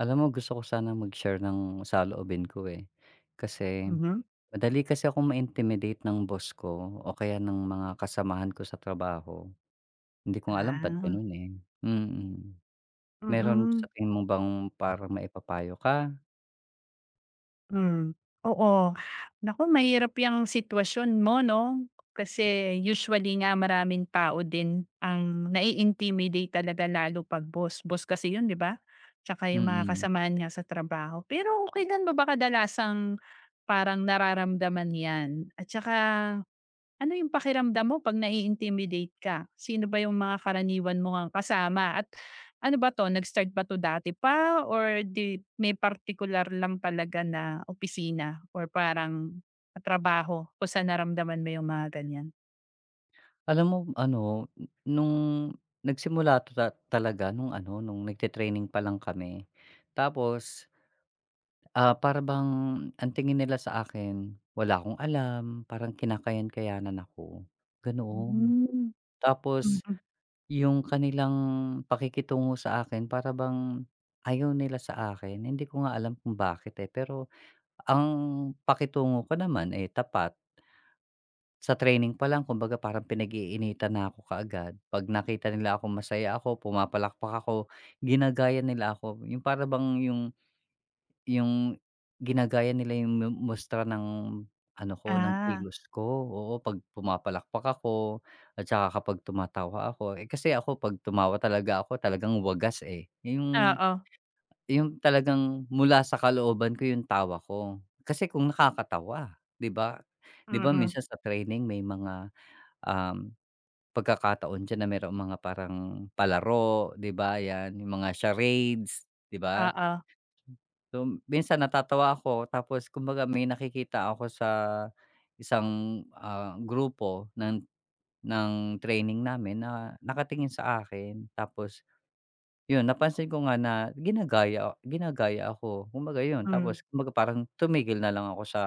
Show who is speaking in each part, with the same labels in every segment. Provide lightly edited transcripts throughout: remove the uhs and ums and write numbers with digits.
Speaker 1: Alam mo gusto ko sana mag-share ng saloobin ko, eh. Kasi
Speaker 2: Mhm.
Speaker 1: madali kasi akong ma-intimidate ng boss ko o kaya ng mga kasamahan ko sa trabaho. Hindi ko nga alam ba't
Speaker 2: Ah,
Speaker 1: gano'n, eh. Mm. Meron
Speaker 2: mm,
Speaker 1: sa tingin mo bang para maipapayo ka?
Speaker 2: hmm, oo. Naku, mahirap 'yang sitwasyon mo 'no, kasi usually nga maraming tao din ang nai-intimidate talaga lalo 'pag boss. Boss kasi 'yun 'di ba? Tsaka 'yung mga
Speaker 1: Mm.
Speaker 2: kasamaan niya sa trabaho. Pero kailan mo ba kadalasang parang nararamdaman 'yan? At tsaka, ano yung pakiramdam mo 'pag nai-intimidate ka? Sino ba yung mga karaniwan mo ngang kasama at ano ba 'to, nag-start ba 'to dati pa or 'di may particular lang talaga na opisina or parang trabaho kung saan naramdaman mo yung mga ganyan?
Speaker 1: Alam mo ano, nung nagsimula to talaga nung ano, nung nagte-training pa lang kami, tapos. Para bang ang tingin nila sa akin, wala akong alam, parang kinakayan-kayanan ako, ganoon.
Speaker 2: Hmm, mm.
Speaker 1: Tapos
Speaker 2: Mm-mm.
Speaker 1: yung kanilang pakikitungo sa akin para bang ayaw nila sa akin, hindi ko nga alam kung bakit, eh. Pero ang pakitungo ko naman, eh, tapat. Sa training pa lang kumbaga parang pinag-iinitan na ako kaagad. 'Pag nakita nila ako masaya ako, pumapalakpak ako, ginagaya nila ako. Yung para bang yung ginagaya nila yung mustra ng ano ko, ng
Speaker 2: Ah,
Speaker 1: kilos ko, oo, 'pag pumapalakpak ako at saka kapag tumatawa ako. Eh, kasi ako 'pag tumawa talaga ako talagang wagas, eh. Yung
Speaker 2: oo,
Speaker 1: yung talagang mula sa kalooban ko yung tawa ko. Kasi kung nakakatawa, 'di ba? 'Di ba
Speaker 2: mm.
Speaker 1: minsan sa training may mga, um, pagkakataon diyan na mayroong mga parang palaro, 'di ba, 'yan, yung mga charades, 'di ba?
Speaker 2: Oo,
Speaker 1: So, minsan natatawa ako tapos kumbaga may nakikita ako sa isang, grupo ng training namin na nakatingin sa akin. Tapos yun, napansin ko nga na ginagaya ginagaya ako, kumbaga yun.
Speaker 2: hmm,
Speaker 1: Tapos kumbaga parang tumigil na lang ako sa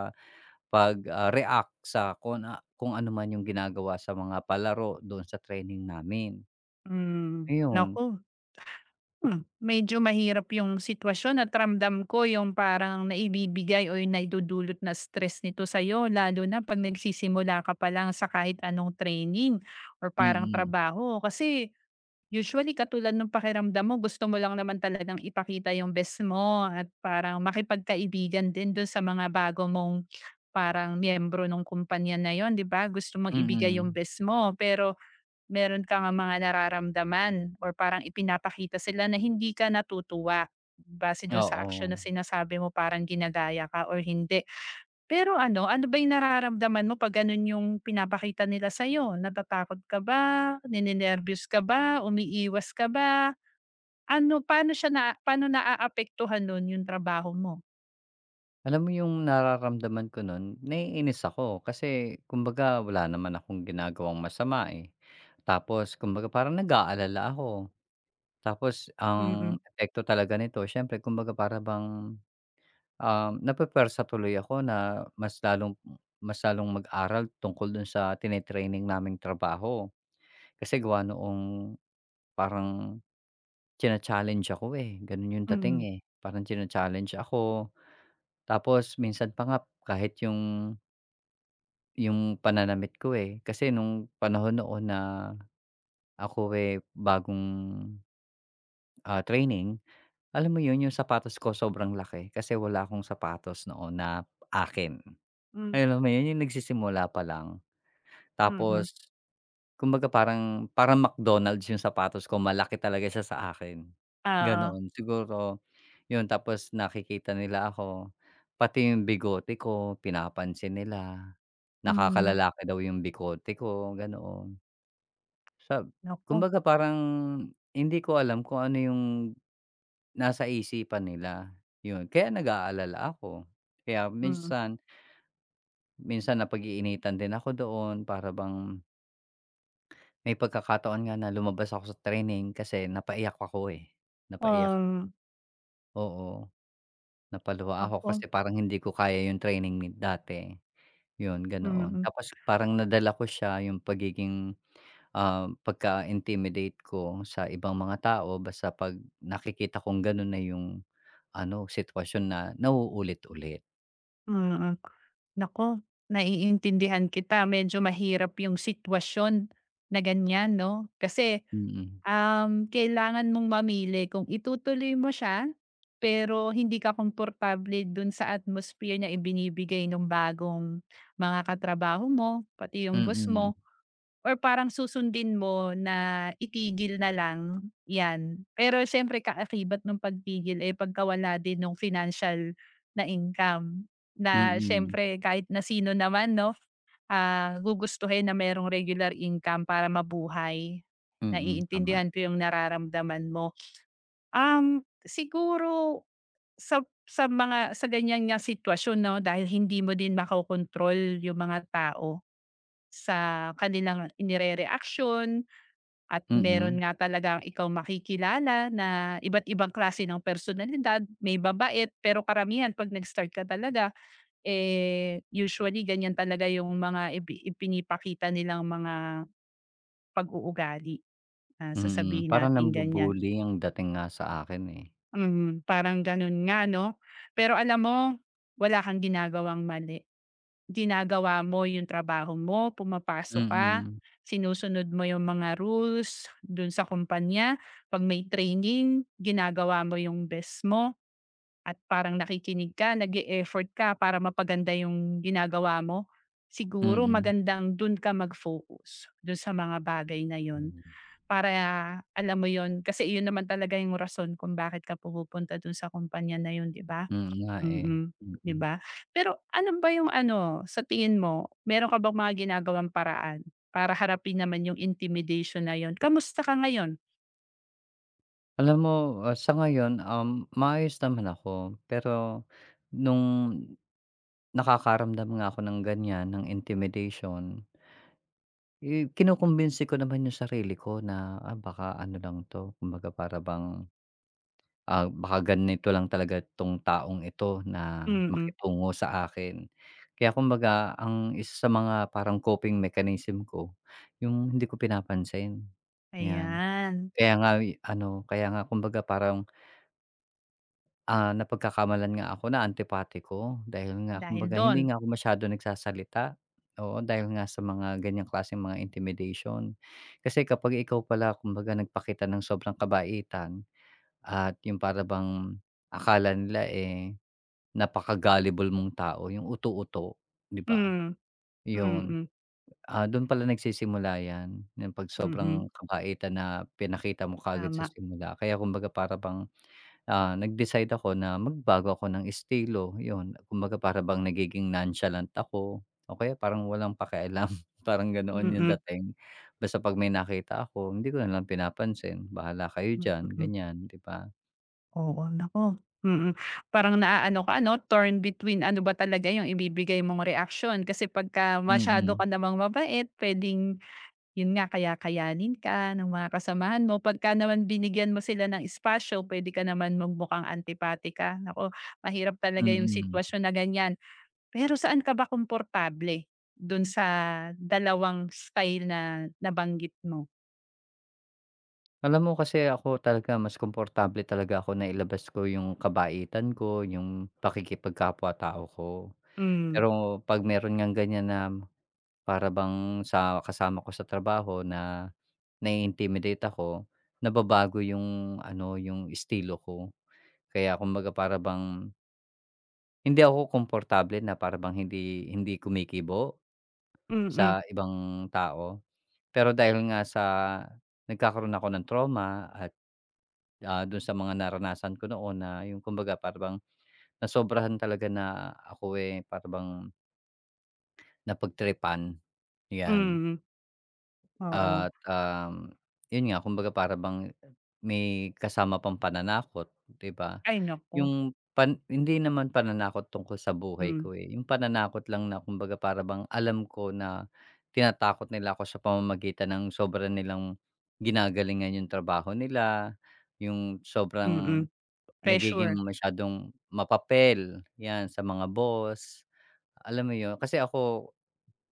Speaker 1: pag, react sa kung na kung ano man yung ginagawa sa mga palaro doon sa training namin,
Speaker 2: hmm.
Speaker 1: ayun.
Speaker 2: Naku. Hmm, medyo mahirap yung sitwasyon at ramdam ko yung parang naibibigay o yung naidudulot na stress nito sa'yo lalo na 'pag nagsisimula ka pa lang sa kahit anong training or
Speaker 1: Mm,
Speaker 2: parang
Speaker 1: mm.
Speaker 2: trabaho. Kasi usually katulad ng pakiramdam mo gusto mo lang naman talagang ipakita yung best mo at parang makipagkaibigan din dun sa mga bago mong parang miyembro ng kumpanya na yon 'di ba? Gusto mong ibigay yung
Speaker 1: Mm.
Speaker 2: best mo pero meron ka ngang mga nararamdaman or parang ipinapakita sila na hindi ka natutuwa base dun sa
Speaker 1: Oo.
Speaker 2: aksyon na sinasabi mo parang ginagaya ka or hindi. Pero ano, ano ba yung nararamdaman mo 'pag ganun yung pinapakita nila sa'yo? Natatakot ka ba, ninenerbiyos ka ba, umiiwas ka ba? Ano, paano siya na paano naaapektuhan nun yung trabaho mo?
Speaker 1: Alam mo yung nararamdaman ko nun, naiinis ako kasi kumbaga wala naman akong ginagawang masama, eh. Tapos kumbaga parang nag-aalala ako. Tapos
Speaker 2: Mm.
Speaker 1: ang epekto talaga nito siyempre kumbaga para bang, napupuwersa tuloy ako na mas lalong mag-aral tungkol dun sa tini-training naming trabaho. Kasi gawa noong parang china-challenge ako, eh, ganun yung dating,
Speaker 2: Mm,
Speaker 1: eh. Parang china-challenge ako tapos minsan pa nga kahit yung pananamit ko, eh. Kasi nung panahon noon na ako, eh, bagong, training, alam mo yun, yung sapatos ko sobrang laki kasi wala akong sapatos noon na akin.
Speaker 2: hmm,
Speaker 1: Alam mo yun, yung nagsisimula pa lang.
Speaker 2: mm.
Speaker 1: Tapos kumbaga parang parang McDonald's yung sapatos ko, malaki talaga siya sa akin,
Speaker 2: Oo.
Speaker 1: ganoon. Siguro yun, tapos nakikita nila ako, pati yung bigote ko pinapansin nila,
Speaker 2: Hmm,
Speaker 1: nakakalalaki daw yung bigote ko, ganoon. sab
Speaker 2: nako,
Speaker 1: Kumbaga parang hindi ko alam kung ano yung nasa isipan nila, yun. Kaya nag-aalala ako. Kaya
Speaker 2: mm.
Speaker 1: minsan minsan napag-iinitan din ako doon para bang may pagkakataon nga na lumabas ako sa training kasi napaiyak ako, eh, napaiyak.
Speaker 2: Um,
Speaker 1: Oo, napaluha ako
Speaker 2: Naku,
Speaker 1: kasi parang hindi ko kaya yung training ni dati, yun ganoon.
Speaker 2: mm.
Speaker 1: Tapos parang nadala ko siya yung pagiging pagka-intimidate ko sa ibang mga tao basta 'pag nakikita kong gano'n na yung ano, sitwasyon na nauulit-ulit.
Speaker 2: Mm. Naku, naiintindihan kita. Medyo mahirap yung sitwasyon na ganyan 'no, kasi,
Speaker 1: Mm.
Speaker 2: kailangan mong mamili kung itutuloy mo siya, pero hindi ka komportable dun sa atmosphere na ibinibigay ng bagong mga katrabaho mo, pati yung boss
Speaker 1: Mm.
Speaker 2: mo. Or parang susundin mo na itigil na lang, 'yan. Pero siyempre kaakibat nung pagtigil, eh, pagkawala din ng financial na income na
Speaker 1: Mm.
Speaker 2: siyempre kahit na sino naman 'no, ah, gugustuhin na mayroong regular income para mabuhay.
Speaker 1: Mm, tama.
Speaker 2: Naiintindihan ko yung nararamdaman mo. Siguro sa sa mga sa ganyan ngang sitwasyon 'no, dahil hindi mo din makokontrol yung mga tao sa kanilang inirereaksyon, at meron
Speaker 1: Mm.
Speaker 2: nga talagang ikaw makikilala na iba't ibang klase ng personalidad, may babait, pero karamihan 'pag nag-start ka talaga, eh, usually ganyan talaga yung mga ipinipakita nilang mga pag-uugali, ah,
Speaker 1: Mm,
Speaker 2: sasabihin
Speaker 1: parang
Speaker 2: natin ganyan.
Speaker 1: nambu-bully ang dating nga sa akin, eh.
Speaker 2: Mm, parang gano'n nga 'no? Pero alam mo, wala kang ginagawang mali. Ginagawa mo yung trabaho mo, pumapasok ka,
Speaker 1: Mm.
Speaker 2: sinusunod mo yung mga rules dun sa kumpanya. 'Pag may training, ginagawa mo yung best mo at parang nakikinig ka, nag effort ka para mapaganda yung ginagawa mo. Siguro
Speaker 1: Mm.
Speaker 2: magandang dun ka mag-focus, dun sa mga bagay na yun. Para alam mo yun, kasi yun naman talaga yung rason kung bakit ka pumupunta dun sa kumpanya na yun, 'di ba?
Speaker 1: Mm nga, eh.
Speaker 2: Mm, 'di
Speaker 1: Mm.
Speaker 2: ba? Pero ano ba yung ano, sa tingin mo, meron ka bang mga ginagawang paraan para harapin naman yung intimidation na yun? Kamusta ka ngayon?
Speaker 1: Alam mo, sa ngayon, maayos naman ako pero nung nakakaramdam nga ako ng ganiyan, ng intimidation. Eh, kinukumbinsi ko naman yung sarili ko na, baka ano lang 'to, kumbaga para bang, baka ganito lang talaga 'tong taong ito na
Speaker 2: Mm,
Speaker 1: makitungo sa akin. Kaya kumbaga ang isa sa mga parang coping mechanism ko, yung hindi ko pinapansin, 'yan.
Speaker 2: ayan,
Speaker 1: Kaya nga ano, kaya nga kumbaga parang. Napagkakamalan nga ako na antipati ko dahil nga
Speaker 2: dahil
Speaker 1: kumbaga
Speaker 2: don.
Speaker 1: hindi nga ako masyado nagsasalita, oo, dahil nga sa mga ganyang klaseng mga intimidation. Kasi kapag ikaw pala kumbaga nagpakita ng sobrang kabaitan at yung para bang akala nila, eh, napaka-gullible mong tao, yung uto-uto, 'di ba?
Speaker 2: Hmm,
Speaker 1: Yun,
Speaker 2: mm,
Speaker 1: dun pala nagsisimula 'yan, yung 'pag
Speaker 2: mm,
Speaker 1: sobrang kabaitan na pinakita mo kaagad sa
Speaker 2: tama.
Speaker 1: simula. Kaya kumbaga para bang. Nag-decide ako na magbago ako ng estilo, 'yun. Kumbaga para bang nagiging nonchalant ako o kaya parang walang pakialam, parang ganoon 'yung
Speaker 2: Mm,
Speaker 1: dating. Basta 'pag may nakita ako, hindi ko na lang pinapansin, bahala kayo diyan,
Speaker 2: mm,
Speaker 1: ganyan, 'di ba?
Speaker 2: oo, naku, mm. Parang naaano ka 'no, torn between ano ba talaga yung ibibigay mong reaksyon kasi pagka masyado
Speaker 1: Mm.
Speaker 2: ka namang mabait, puwedeng yun nga, kaya-kayanin ka ng mga kasamahan mo. Pagka naman binigyan mo sila ng espasyo, puwede ka naman magmukhang antipati ka. Naku, mahirap talaga yung
Speaker 1: Mm.
Speaker 2: sitwasyon na ganiyan. Pero saan ka ba komportable dun sa dalawang style na nabanggit mo?
Speaker 1: Alam mo kasi ako talaga mas komportable talaga ako na ilabas ko 'yung kabaitan ko, 'yung pakikipagkapwa-tao ko.
Speaker 2: Hmm, mm.
Speaker 1: Pero 'pag meron ngang ganyan na para bang sa kasama ko sa trabaho na nai-intimidate ako, nababago yung ano, yung estilo ko. Kaya kumbaga para bang hindi ako komportable na para bang hindi hindi kumikibo
Speaker 2: Mm-mm.
Speaker 1: sa ibang tao. Pero dahil nga sa nagkakaroon ako ng trauma at, dun sa mga naranasan ko noon na yung kumbaga para bang nasobrahan talaga na ako, eh, para bang napagtripan, 'yan.
Speaker 2: Mm. Oo.
Speaker 1: At, yun nga kumbaga para bang may kasama pang pananakot, 'di ba?
Speaker 2: Ay naku.
Speaker 1: Yung hindi naman pananakot tungkol sa buhay
Speaker 2: Hmm, mm.
Speaker 1: ko, eh, yung pananakot lang na kumbaga para bang alam ko na tinatakot nila ako sa pamamagitan ng sobra nilang ginagalingan yung trabaho nila, yung sobrang
Speaker 2: Mm-mm.
Speaker 1: nagiging
Speaker 2: Pressure,
Speaker 1: masyadong mapapel, 'yan, sa mga boss, alam mo yun? Kasi ako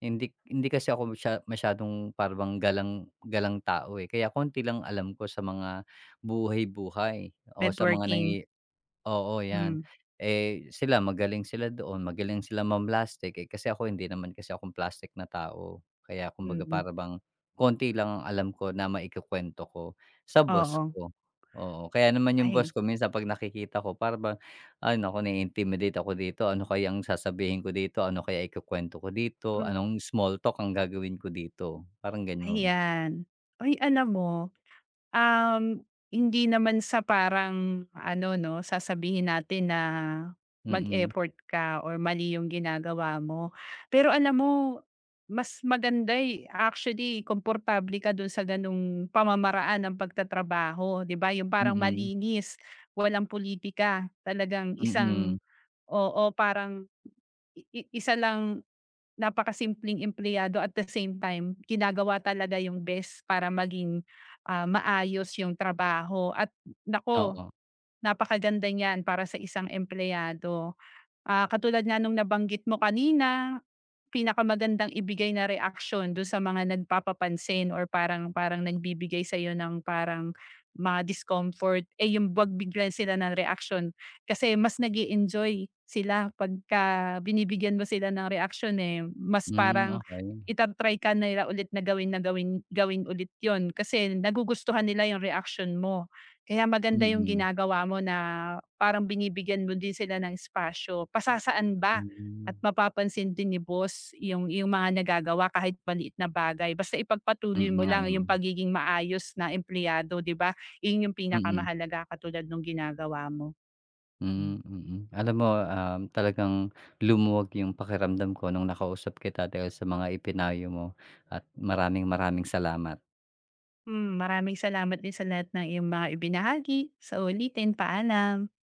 Speaker 1: hindi hindi kasi ako masyadong para bang galang galang tao, eh, kaya konti lang alam ko sa mga buhay-buhay o sa mga.
Speaker 2: networking.
Speaker 1: Oo,
Speaker 2: Hmm.
Speaker 1: 'yan. Eh, sila magaling sila doon, magaling sila eh, kasi ako hindi naman kasi akong plastic na tao. Kaya
Speaker 2: Mm,
Speaker 1: kumbaga
Speaker 2: mm-mm.
Speaker 1: para bang konti lang ang alam ko na maikukuwento ko sa boss
Speaker 2: Oo.
Speaker 1: ko, oo. Kaya naman yung boss
Speaker 2: Ay.
Speaker 1: ko minsan 'pag nakikita ko para bang, "Ay naku, nai-intimidate ako dito. Ano kaya kayang sasabihin ko dito? Ano kaya ikukuwento ko dito?
Speaker 2: Hmm.
Speaker 1: Anong small talk ang gagawin ko dito?" Parang gano'n.
Speaker 2: Ayan. Uy, alam mo, hindi naman sa parang ano 'no, sasabihin natin na
Speaker 1: Mm.
Speaker 2: mag-effort ka or mali yung ginagawa mo. Pero alam mo, mas maganda, eh, actually komportable ka dun sa ganung pamamaraan ng pagtatrabaho, 'di ba? Yung parang
Speaker 1: Mm.
Speaker 2: malinis, walang politika talagang isang
Speaker 1: Mm.
Speaker 2: oo, parang i isa lang napakasimpleng empleyado at the same time ginagawa talaga yung best para maging, ah, maayos yung trabaho at nako
Speaker 1: Oo.
Speaker 2: napakaganda niyan para sa isang empleyado. Ah, katulad nga nung nabanggit mo kanina, pinakamagandang ibigay na reaksyon do sa mga nagpapapansin or parang parang nagbibigay sa'yo ng parang mga discomfort, eh, yung 'wag bigyan sila ng reaksyon. Kasi mas nag enjoy sila pagka binibigyan mo sila ng reaksyon, eh. Mas
Speaker 1: Hmm,
Speaker 2: parang
Speaker 1: okay.
Speaker 2: ita ka nila ulit na gawin gawin ulit yon kasi nagugustuhan nila yung reaksyon mo. Kaya maganda yung
Speaker 1: Mm-mm.
Speaker 2: ginagawa mo na parang binibigyan mo din sila ng espasyo. Pasasaan ba?
Speaker 1: Mm. Hmm.
Speaker 2: At mapapansin din ni boss yung mga nagagawa kahit maliit na bagay basta ipagpatuloy
Speaker 1: Mm
Speaker 2: mo
Speaker 1: nga
Speaker 2: lang yung
Speaker 1: naman.
Speaker 2: pagiging maayos na empleyado, 'di ba? Yun yung
Speaker 1: Mm.
Speaker 2: pinakamahalaga katulad nung ginagawa mo. Hmm.
Speaker 1: Hmm. Mm. Alam mo, talagang lumuwag yung pakiramdam ko nung nakausap kita dahil sa mga ipinayo mo at maraming maraming salamat.
Speaker 2: Hmm, maraming salamat din sa lahat ng iyong mga ibinahagi. Sa ulitin, paalam.